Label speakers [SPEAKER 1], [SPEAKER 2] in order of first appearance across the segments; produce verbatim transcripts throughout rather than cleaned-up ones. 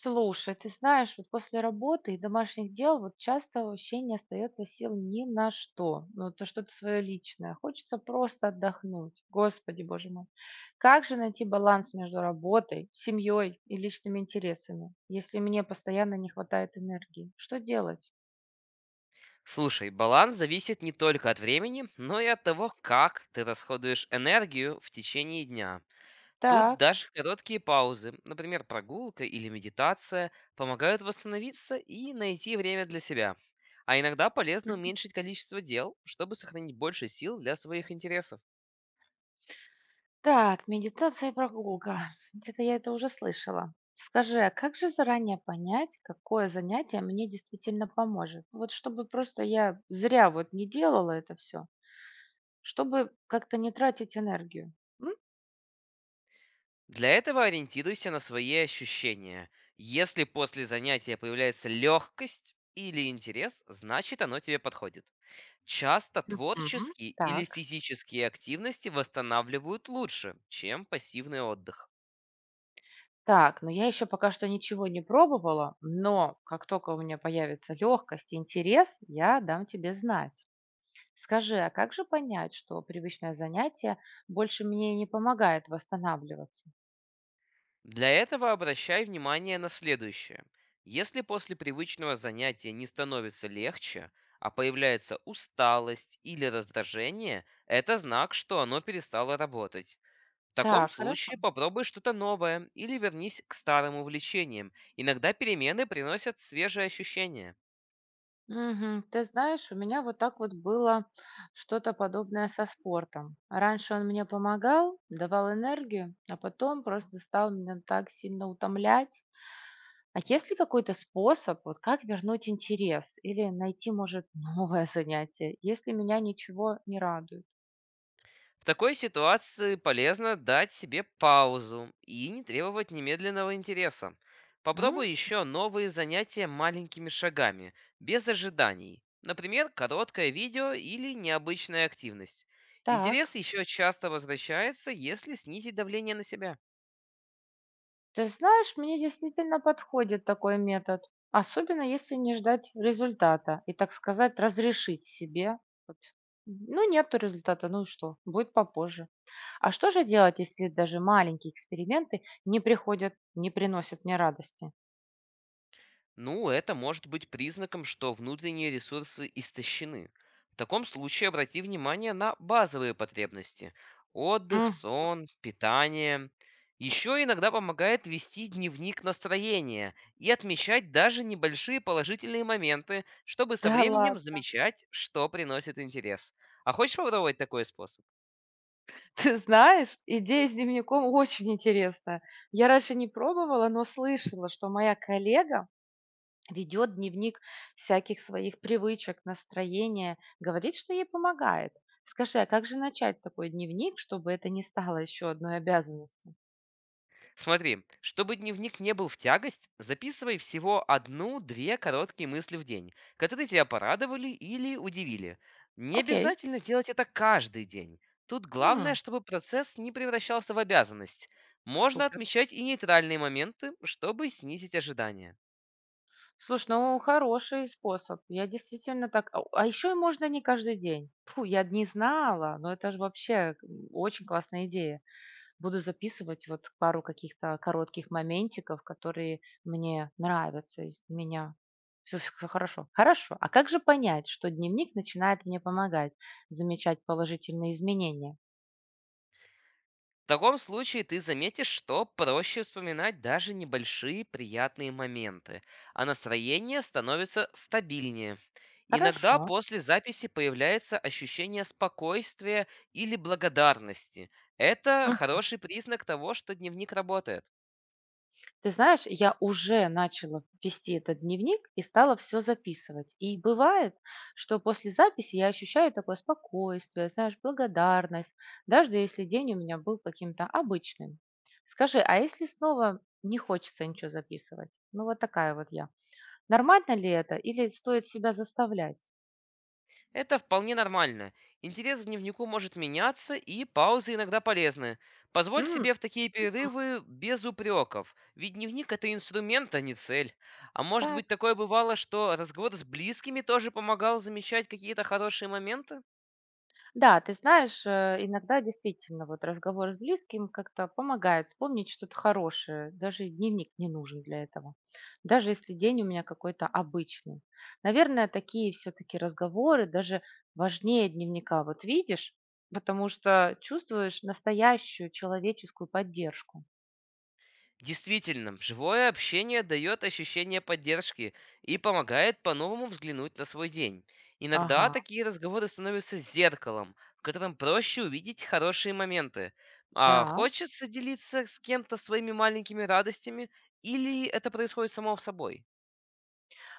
[SPEAKER 1] Слушай, ты знаешь, вот после работы и домашних дел вот часто вообще не остается сил ни на что. Ну, это что-то свое личное. Хочется просто отдохнуть. Господи, боже мой. Как же найти баланс между работой, семьей и личными интересами, если мне постоянно не хватает энергии? Что делать?
[SPEAKER 2] Слушай, баланс зависит не только от времени, но и от того, как ты расходуешь энергию в течение дня. Тут
[SPEAKER 1] Так.
[SPEAKER 2] даже короткие паузы, например, прогулка или медитация, помогают восстановиться и найти время для себя. А иногда полезно уменьшить количество дел, чтобы сохранить больше сил для своих интересов.
[SPEAKER 1] Так, медитация и прогулка. Где-то я это уже слышала. Скажи, а как же заранее понять, какое занятие мне действительно поможет? Вот чтобы просто я зря вот не делала это все, чтобы как-то не тратить энергию. М?
[SPEAKER 2] Для этого ориентируйся на свои ощущения. Если после занятия появляется легкость или интерес, значит оно тебе подходит. Часто
[SPEAKER 1] Мгм.
[SPEAKER 2] творческие или
[SPEAKER 1] Так.
[SPEAKER 2] физические активности восстанавливают лучше, чем пассивный отдых.
[SPEAKER 1] Так, но я еще пока что ничего не пробовала, но как только у меня появится легкость и интерес, я дам тебе знать. Скажи, а как же понять, что привычное занятие больше мне не помогает восстанавливаться?
[SPEAKER 2] Для этого обращай внимание на следующее. Если после привычного занятия не становится легче, а появляется усталость или раздражение, это знак, что оно перестало работать. В таком
[SPEAKER 1] Так, хорошо.
[SPEAKER 2] случае попробуй что-то новое или вернись к старым увлечениям. Иногда перемены приносят свежие ощущения.
[SPEAKER 1] Мгм. Ты знаешь, у меня вот так вот было что-то подобное со спортом. Раньше он мне помогал, давал энергию, а потом просто стал меня так сильно утомлять. А есть ли какой-то способ, вот как вернуть интерес или найти, может, новое занятие, если меня ничего не радует?
[SPEAKER 2] В такой ситуации полезно дать себе паузу и не требовать немедленного интереса. Попробуй
[SPEAKER 1] М,
[SPEAKER 2] еще новые занятия маленькими шагами, без ожиданий. Например, короткое видео или необычная активность. Интерес
[SPEAKER 1] так.
[SPEAKER 2] еще часто возвращается, если снизить давление на себя.
[SPEAKER 1] Ты знаешь, мне действительно подходит такой метод, особенно если не ждать результата и, так сказать, разрешить себе. Вот, ну, нету результата, ну и что, будет попозже. А что же делать, если даже маленькие эксперименты не приходят, не приносят мне радости?
[SPEAKER 2] Ну, это может быть признаком, что внутренние ресурсы истощены. В таком случае обрати внимание на базовые потребности. Отдых,
[SPEAKER 1] М,
[SPEAKER 2] сон, питание. Еще иногда помогает вести дневник настроения и отмечать даже небольшие положительные моменты, чтобы со
[SPEAKER 1] да
[SPEAKER 2] временем
[SPEAKER 1] ладно.
[SPEAKER 2] замечать, что приносит интерес. А хочешь попробовать такой способ?
[SPEAKER 1] Ты знаешь, идея с дневником очень интересная. Я раньше не пробовала, но слышала, что моя коллега ведет дневник всяких своих привычек, настроения, говорит, что ей помогает. Скажи, а как же начать такой дневник, чтобы это не стало еще одной обязанностью?
[SPEAKER 2] Смотри, чтобы дневник не был в тягость, записывай всего одну-две короткие мысли в день, которые тебя порадовали или удивили. Не
[SPEAKER 1] Окей,
[SPEAKER 2] обязательно делать это каждый день. Тут главное,
[SPEAKER 1] м,
[SPEAKER 2] чтобы процесс не превращался в обязанность. Можно
[SPEAKER 1] супер.
[SPEAKER 2] отмечать и нейтральные моменты, чтобы снизить ожидания.
[SPEAKER 1] Слушай, ну хороший способ. Я действительно так... А а еще и можно не каждый день. Фу, я не знала, но это же вообще м, очень классная идея. Буду записывать вот пару каких-то коротких моментиков, которые мне нравятся из меня. Все хорошо. Хорошо. А как же понять, что дневник начинает мне помогать замечать положительные изменения?
[SPEAKER 2] В таком случае ты заметишь, что проще вспоминать даже небольшие приятные моменты, а настроение становится стабильнее.
[SPEAKER 1] Хорошо.
[SPEAKER 2] Иногда после записи появляется ощущение спокойствия или благодарности. Это хороший признак того, что дневник работает.
[SPEAKER 1] Ты знаешь, я уже начала вести этот дневник и стала все записывать. И бывает, что после записи я ощущаю такое спокойствие, знаешь, благодарность, даже если день у меня был каким-то обычным. Скажи, а если снова не хочется ничего записывать? Ну вот такая вот я. Нормально ли это или стоит себя заставлять?
[SPEAKER 2] Это вполне нормально. Интерес к дневнику может меняться, и паузы иногда полезны. Позволь
[SPEAKER 1] М,
[SPEAKER 2] себе в такие перерывы без упреков, ведь дневник это инструмент, а не цель. А может
[SPEAKER 1] так.
[SPEAKER 2] быть такое бывало, что разговор с близкими тоже помогал замечать какие-то хорошие моменты?
[SPEAKER 1] Да, ты знаешь, э, иногда действительно вот разговор с близким как-то помогает вспомнить что-то хорошее. Даже дневник не нужен для этого. Даже если день у меня какой-то обычный. Наверное, такие все-таки разговоры даже важнее дневника. Вот видишь, потому что чувствуешь настоящую человеческую поддержку.
[SPEAKER 2] Действительно, живое общение дает ощущение поддержки и помогает по-новому взглянуть на свой день. Иногда
[SPEAKER 1] Ага,
[SPEAKER 2] такие разговоры становятся зеркалом, в котором проще увидеть хорошие моменты. А
[SPEAKER 1] да.
[SPEAKER 2] хочется делиться с кем-то своими маленькими радостями или это происходит само собой?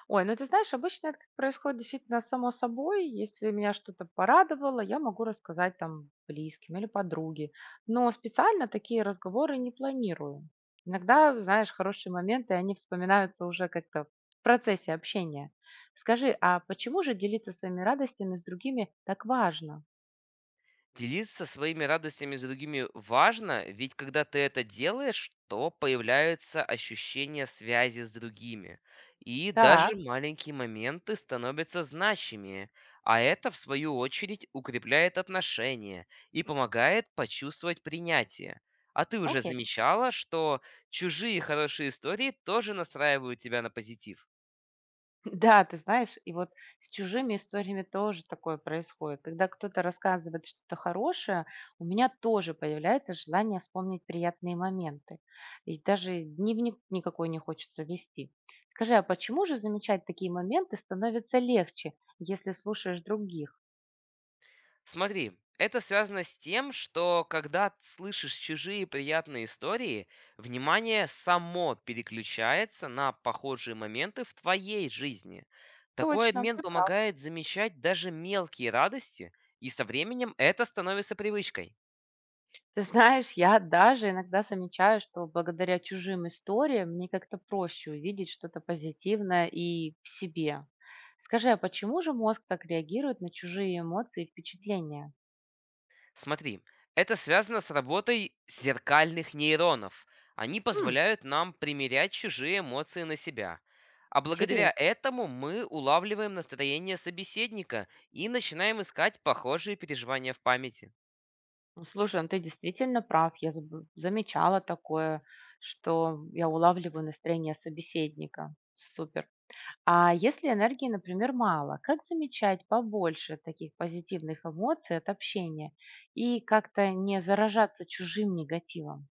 [SPEAKER 1] Ой, ну ты знаешь, обычно это как происходит действительно само собой. Если меня что-то порадовало, я могу рассказать там близким или подруге. Но специально такие разговоры не планирую. Иногда, знаешь, хорошие моменты, они вспоминаются уже как-то в процессе общения. Скажи, а почему же делиться своими радостями с другими так важно?
[SPEAKER 2] Делиться своими радостями с другими важно, ведь когда ты это делаешь, то появляется ощущение связи с другими. И даже
[SPEAKER 1] Так,
[SPEAKER 2] маленькие моменты становятся значимее, а это, в свою очередь, укрепляет отношения и помогает почувствовать принятие. А ты уже
[SPEAKER 1] окей.
[SPEAKER 2] замечала, что чужие хорошие истории тоже настраивают тебя на позитив?
[SPEAKER 1] Да, ты знаешь, и вот с чужими историями тоже такое происходит. Когда кто-то рассказывает что-то хорошее, у меня тоже появляется желание вспомнить приятные моменты. И даже дневник никакой не хочется вести. Скажи, а почему же замечать такие моменты становится легче, если слушаешь других?
[SPEAKER 2] Смотри, это связано с тем, что когда т- слышишь чужие приятные истории, внимание само переключается на похожие моменты в твоей жизни. Такой
[SPEAKER 1] Точно,
[SPEAKER 2] обмен
[SPEAKER 1] ты прав.
[SPEAKER 2] помогает замечать даже мелкие радости, и со временем это становится привычкой.
[SPEAKER 1] Ты знаешь, я даже иногда замечаю, что благодаря чужим историям мне как-то проще увидеть что-то позитивное и в себе. Скажи, а почему же мозг так реагирует на чужие эмоции и впечатления?
[SPEAKER 2] Смотри, это связано с работой зеркальных нейронов. Они
[SPEAKER 1] Хм,
[SPEAKER 2] позволяют нам примерять чужие эмоции на себя. А благодаря
[SPEAKER 1] интересно.
[SPEAKER 2] этому мы улавливаем настроение собеседника и начинаем искать похожие переживания в памяти.
[SPEAKER 1] Ну, слушай, ну ты действительно прав. Я заб- замечала такое, что я улавливаю настроение собеседника. Супер. А если энергии, например, мало, как замечать побольше таких позитивных эмоций от общения и как-то не заражаться чужим негативом?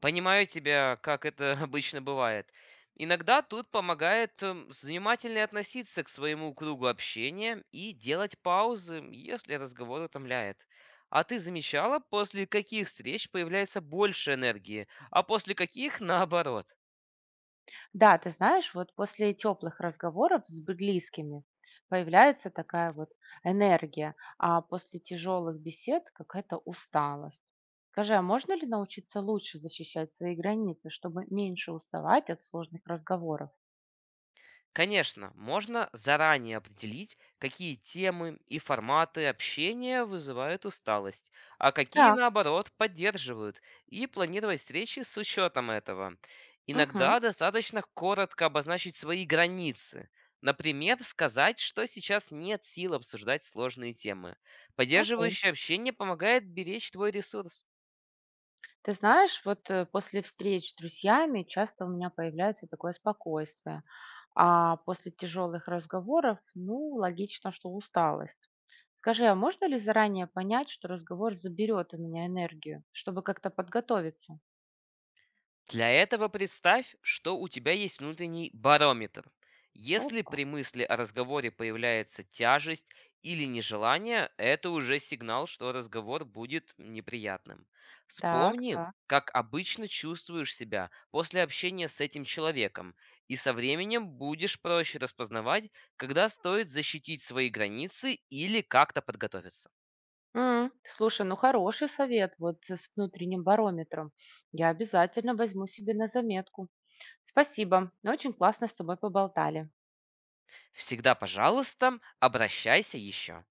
[SPEAKER 2] Понимаю тебя, как это обычно бывает. Иногда тут помогает эм, внимательно относиться к своему кругу общения и делать паузы, если разговор утомляет. А ты замечала, после каких встреч появляется больше энергии, а после каких наоборот?
[SPEAKER 1] Да, ты знаешь, вот после теплых разговоров с близкими появляется такая вот энергия, а после тяжелых бесед какая-то усталость. Скажи, а можно ли научиться лучше защищать свои границы, чтобы меньше уставать от сложных разговоров?
[SPEAKER 2] Конечно, можно заранее определить, какие темы и форматы общения вызывают усталость, а какие,
[SPEAKER 1] Так,
[SPEAKER 2] наоборот, поддерживают, и планировать встречи с учетом этого.
[SPEAKER 1] угу,
[SPEAKER 2] Иногда достаточно коротко обозначить свои границы. Например, сказать, что сейчас нет сил обсуждать сложные темы.
[SPEAKER 1] окей.
[SPEAKER 2] Поддерживающее общение помогает беречь твой ресурс.
[SPEAKER 1] Ты знаешь, вот э, после встреч с друзьями часто у меня появляется такое спокойствие, а после тяжелых разговоров, ну, логично, что усталость. Скажи, а можно ли заранее понять, что разговор заберет у меня энергию, чтобы как-то подготовиться?
[SPEAKER 2] Для этого представь, что у тебя есть внутренний барометр. Если
[SPEAKER 1] Опа,
[SPEAKER 2] при мысли о разговоре появляется тяжесть или нежелание, это уже сигнал, что разговор будет неприятным.
[SPEAKER 1] так,
[SPEAKER 2] Вспомни,
[SPEAKER 1] так.
[SPEAKER 2] как обычно чувствуешь себя после общения с этим человеком, и со временем будешь проще распознавать, когда стоит защитить свои границы или как-то подготовиться.
[SPEAKER 1] М, слушай, ну хороший совет вот с внутренним барометром. Я обязательно возьму себе на заметку. Спасибо, очень классно с тобой поболтали.
[SPEAKER 2] Всегда, пожалуйста, обращайся еще.